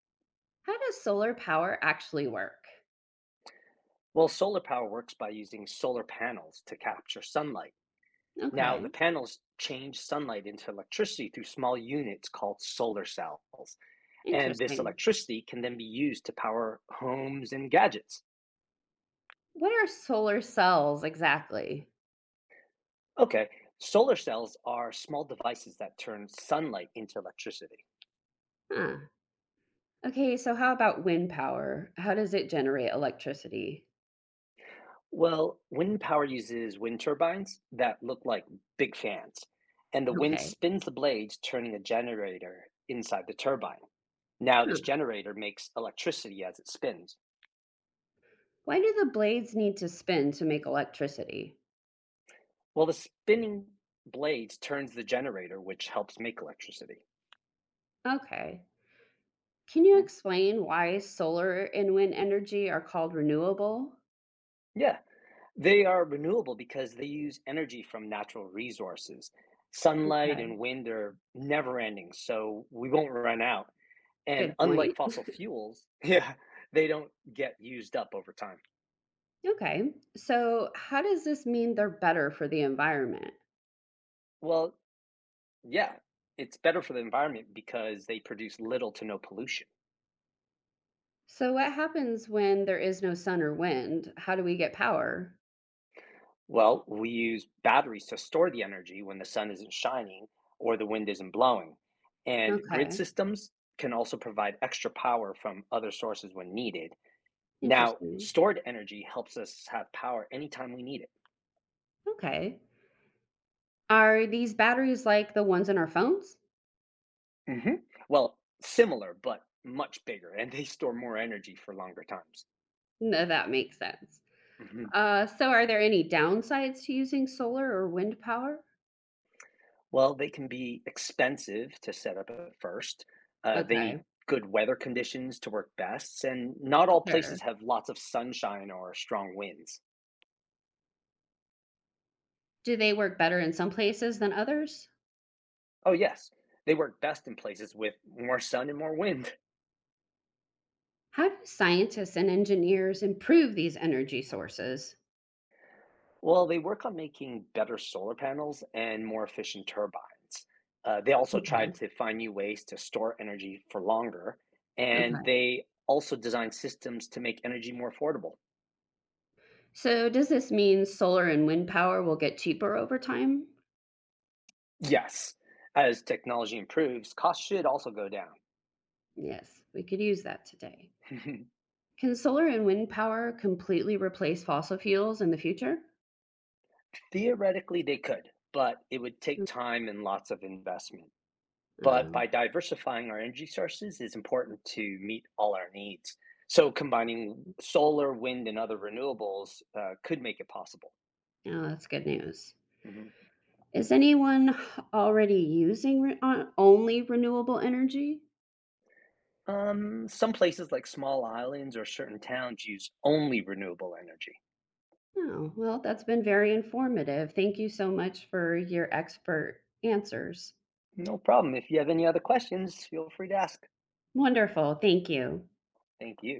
How does solar power actually work? Well, solar power works by using solar panels to capture sunlight. Now, the Okay, panels change sunlight into electricity through small units called solar cells, and this interesting. electricity can then be used to power homes and gadgets. What are solar cells exactly? Okay, solar cells are small devices that turn sunlight into electricity. Huh. Okay, so how about wind power? How does it generate electricity? Well, wind power uses wind turbines that look like big fans, and the wind Okay. spins the blades, turning a generator inside the turbine. Now this Huh. generator makes electricity as it spins. Why do the blades need to spin to make electricity? Well, the spinning blades turns the generator, which helps make electricity. Okay. Can you Hmm. explain why solar and wind energy are called renewable? Yeah, they are renewable because they use energy from natural resources. Sunlight Okay, and wind are never ending, so we won't run out. And good unlike point. fossil fuels, yeah, they don't get used up over time. Okay, so how does this mean they're better for the environment? Well, yeah, it's better for the environment because they produce little to no pollution. So what happens when there is no sun or wind? How do we get power? Well, we use batteries to store the energy when the sun isn't shining or the wind isn't blowing. And grid Okay, systems can also provide extra power from other sources when needed. Now, interesting. stored energy helps us have power anytime we need Okay. Are these batteries like the ones in our phones? it. Hmm. Well, similar, but much bigger, and they store more energy for longer times. No, that makes sense. Hmm. So are there any downsides to using solar or wind power? Well, they can be expensive to set up at first. They need Okay, good weather conditions to work best, and not all sure. places have lots of sunshine or strong winds. Do they work better in some places than others? Oh, yes, they work best in places with more sun and more wind. How do scientists and engineers improve these energy sources? Well, they work on making better solar panels and more efficient turbines. They also try Okay, to find new ways to store energy for longer, and okay. they also design systems to make energy more affordable. So does this mean solar and wind power will get cheaper over time? Yes. As technology improves, costs should also go down. Yes, we could use that today. Can solar and wind power completely replace fossil fuels in the future? Theoretically, they could, but it would take time and lots of investment. But by Oh, diversifying our energy sources is important to meet all our needs. So combining solar, wind, and other renewables could make it possible. yeah, that's good news. Mhm. Is anyone already using only renewable energy? Some places like small islands or certain towns use only renewable energy. Oh, well, that's been very informative. Thank you so much for your expert answers. No problem. If you have any other questions, feel free to ask. Wonderful. Thank you. Thank you.